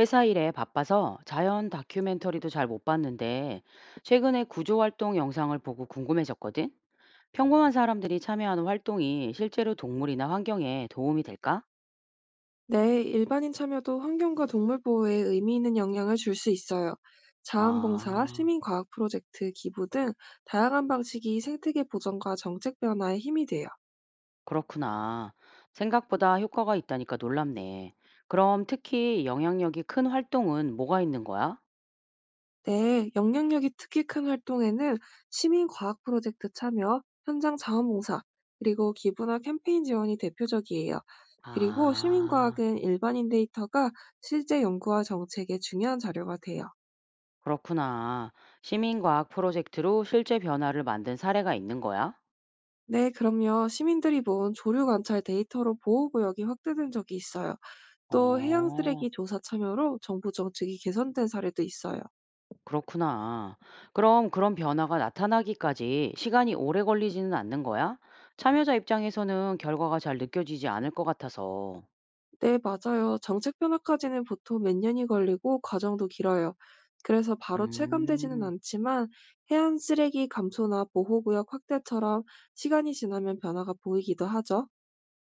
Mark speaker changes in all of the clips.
Speaker 1: 회사 일에 바빠서 자연 다큐멘터리도 잘 못 봤는데 최근에 구조 활동 영상을 보고 궁금해졌거든. 평범한 사람들이 참여하는 활동이 실제로 동물이나 환경에 도움이 될까?
Speaker 2: 네, 일반인 참여도 환경과 동물 보호에 의미 있는 영향을 줄 수 있어요. 자원봉사,
Speaker 1: 아,
Speaker 2: 시민과학 프로젝트, 기부 등 다양한 방식이 생태계 보전과 정책 변화에 힘이 돼요.
Speaker 1: 그렇구나. 생각보다 효과가 있다니까 놀랍네. 그럼 특히 영향력이 큰 활동은 뭐가 있는 거야?
Speaker 2: 네, 영향력이 특히 큰 활동에는 시민과학 프로젝트 참여, 현장 자원봉사, 그리고 기부나 캠페인 지원이 대표적이에요. 그리고
Speaker 1: 아,
Speaker 2: 시민과학은 일반인 데이터가 실제 연구와 정책에 중요한 자료가 돼요.
Speaker 1: 그렇구나. 시민과학 프로젝트로 실제 변화를 만든 사례가 있는 거야?
Speaker 2: 네, 그럼요. 시민들이 모은 조류 관찰 데이터로 보호구역이 확대된 적이 있어요. 또 해양
Speaker 1: 어.
Speaker 2: 쓰레기 조사 참여로 정부 정책이 개선된 사례도 있어요.
Speaker 1: 그렇구나. 그럼 그런 변화가 나타나기까지 시간이 오래 걸리지는 않는 거야? 참여자 입장에서는 결과가 잘 느껴지지 않을 것 같아서.
Speaker 2: 네, 맞아요. 정책 변화까지는 보통 몇 년이 걸리고 과정도 길어요. 그래서 바로 체감되지는
Speaker 1: 음,
Speaker 2: 않지만 해안 쓰레기 감소나 보호구역 확대처럼 시간이 지나면 변화가 보이기도 하죠.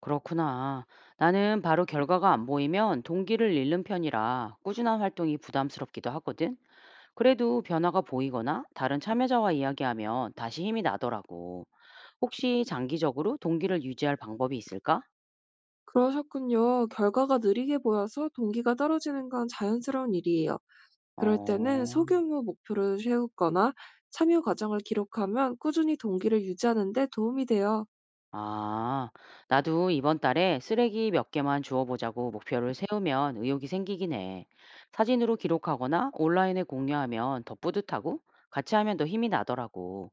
Speaker 1: 그렇구나. 나는 바로 결과가 안 보이면 동기를 잃는 편이라 꾸준한 활동이 부담스럽기도 하거든. 그래도 변화가 보이거나 다른 참여자와 이야기하면 다시 힘이 나더라고. 혹시 장기적으로 동기를 유지할 방법이 있을까?
Speaker 2: 그러셨군요. 결과가 느리게 보여서 동기가 떨어지는 건 자연스러운 일이에요. 그럴 때는
Speaker 1: 어.
Speaker 2: 소규모 목표를 세우거나 참여 과정을 기록하면 꾸준히 동기를 유지하는 데 도움이 돼요.
Speaker 1: 아, 나도 이번 달에 쓰레기 몇 개만 주워보자고 목표를 세우면 의욕이 생기긴 해. 사진으로 기록하거나 온라인에 공유하면 더 뿌듯하고 같이 하면 더 힘이 나더라고.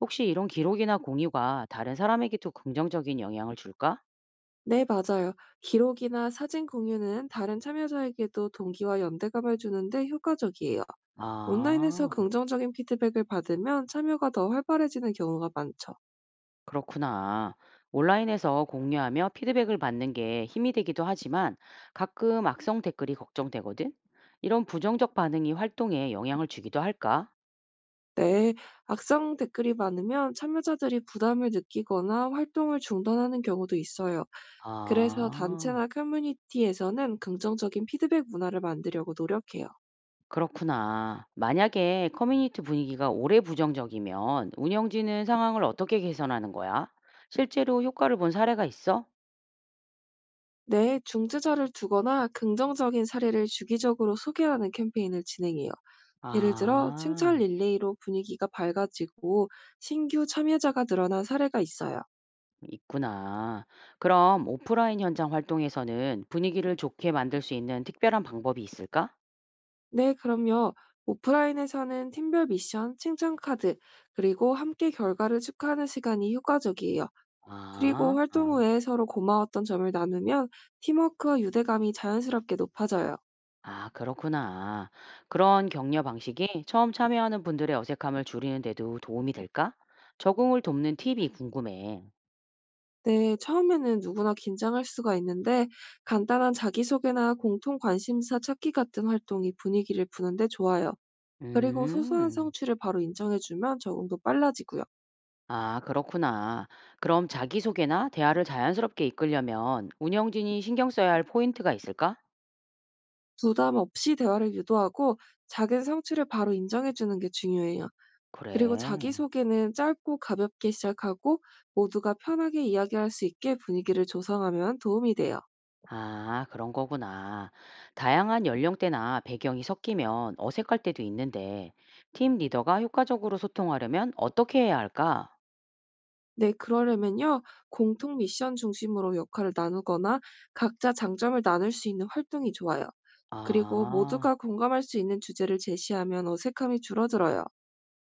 Speaker 1: 혹시 이런 기록이나 공유가 다른 사람에게도 긍정적인 영향을 줄까?
Speaker 2: 네, 맞아요. 기록이나 사진 공유는 다른 참여자에게도 동기와 연대감을 주는데 효과적이에요. 온라인에서
Speaker 1: 아,
Speaker 2: 긍정적인 피드백을 받으면 참여가 더 활발해지는 경우가 많죠.
Speaker 1: 그렇구나. 온라인에서 공유하며 피드백을 받는 게 힘이 되기도 하지만 가끔 악성 댓글이 걱정되거든? 이런 부정적 반응이 활동에 영향을 주기도 할까?
Speaker 2: 네, 악성 댓글이 많으면 참여자들이 부담을 느끼거나 활동을 중단하는 경우도 있어요. 그래서
Speaker 1: 아.
Speaker 2: 단체나 커뮤니티에서는 긍정적인 피드백 문화를 만들려고 노력해요.
Speaker 1: 그렇구나. 만약에 커뮤니티 분위기가 오래 부정적이면 운영진은 상황을 어떻게 개선하는 거야? 실제로 효과를 본 사례가 있어?
Speaker 2: 네, 중재자를 두거나 긍정적인 사례를 주기적으로 소개하는 캠페인을 진행해요. 예를 들어, 칭찬
Speaker 1: 아,
Speaker 2: 릴레이로 분위기가 밝아지고 신규 참여자가 늘어난 사례가 있어요.
Speaker 1: 있구나. 그럼 오프라인 현장 활동에서는 분위기를 좋게 만들 수 있는 특별한 방법이 있을까?
Speaker 2: 네, 그럼요. 오프라인에서는 팀별 미션, 칭찬 카드, 그리고 함께 결과를 축하하는 시간이 효과적이에요. 그리고
Speaker 1: 아,
Speaker 2: 활동
Speaker 1: 아,
Speaker 2: 후에 서로 고마웠던 점을 나누면 팀워크와 유대감이 자연스럽게 높아져요.
Speaker 1: 그렇구나. 그런 격려 방식이 처음 참여하는 분들의 어색함을 줄이는 데도 도움이 될까? 적응을 돕는 팁이 궁금해.
Speaker 2: 네, 처음에는 누구나 긴장할 수가 있는데 간단한 자기소개나 공통 관심사 찾기 같은 활동이 분위기를 푸는데 좋아요. 그리고 소소한
Speaker 1: 음.
Speaker 2: 성취를 바로 인정해주면 적응도 빨라지고요.
Speaker 1: 아, 그렇구나. 그럼 자기소개나 대화를 자연스럽게 이끌려면 운영진이 신경 써야 할 포인트가 있을까?
Speaker 2: 부담 없이 대화를 유도하고 작은 성취를 바로 인정해주는 게 중요해요. 그리고
Speaker 1: 그래.
Speaker 2: 자기소개는 짧고 가볍게 시작하고 모두가 편하게 이야기할 수 있게 분위기를 조성하면 도움이 돼요.
Speaker 1: 아, 그런 거구나. 다양한 연령대나 배경이 섞이면 어색할 때도 있는데, 팀 리더가 효과적으로 소통하려면 어떻게 해야 할까?
Speaker 2: 네, 그러려면요, 공통 미션 중심으로 역할을 나누거나 각자 장점을 나눌 수 있는 활동이 좋아요. 그리고
Speaker 1: 아,
Speaker 2: 모두가 공감할 수 있는 주제를 제시하면 어색함이 줄어들어요.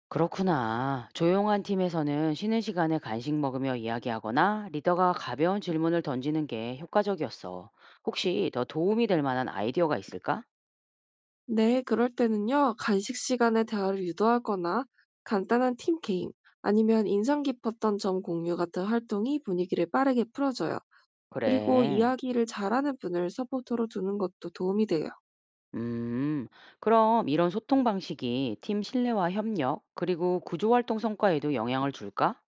Speaker 1: 그렇구나. 조용한 팀에서는 쉬는 시간에 간식 먹으며 이야기하거나 리더가 가벼운 질문을 던지는 게 효과적이었어. 혹시 더 도움이 될 만한 아이디어가 있을까?
Speaker 2: 네, 그럴 때는요, 간식 시간에 대화를 유도하거나 간단한 팀 게임, 아니면 인상 깊었던 점 공유 같은 활동이 분위기를 빠르게 풀어줘요. 그리고
Speaker 1: 그래.
Speaker 2: 이야기를 잘하는 분을 서포터로 두는 것도 도움이 돼요.
Speaker 1: 음. 그럼 이런 소통 방식이 팀 신뢰와 협력, 그리고 구조활동 성과에도 영향을 줄까?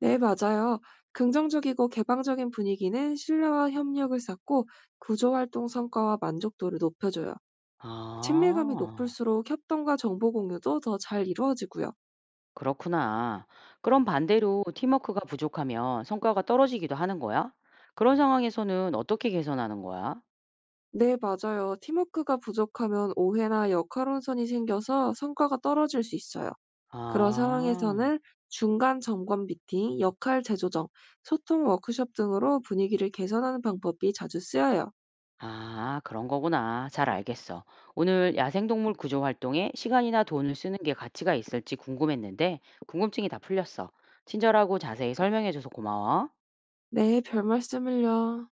Speaker 2: 네, 맞아요. 긍정적이고 개방적인 분위기는 신뢰와 협력을 쌓고 구조활동 성과와 만족도를 높여줘요. 친밀감이
Speaker 1: 아,
Speaker 2: 높을수록 협동과 정보 공유도 더 잘 이루어지고요.
Speaker 1: 그렇구나. 그럼 반대로 팀워크가 부족하면 성과가 떨어지기도 하는 거야? 그런 상황에서는 어떻게 개선하는 거야?
Speaker 2: 네, 맞아요. 팀워크가 부족하면 오해나 역할혼선이 생겨서 성과가 떨어질 수 있어요. 그런
Speaker 1: 아,
Speaker 2: 상황에서는 중간 점검 미팅, 역할 재조정, 소통 워크숍 등으로 분위기를 개선하는 방법이 자주 쓰여요.
Speaker 1: 아, 그런 거구나. 잘 알겠어. 오늘 야생동물 구조 활동에 시간이나 돈을 쓰는 게 가치가 있을지 궁금했는데, 궁금증이 다 풀렸어. 친절하고 자세히 설명해줘서 고마워.
Speaker 2: 네, 별 말씀을요.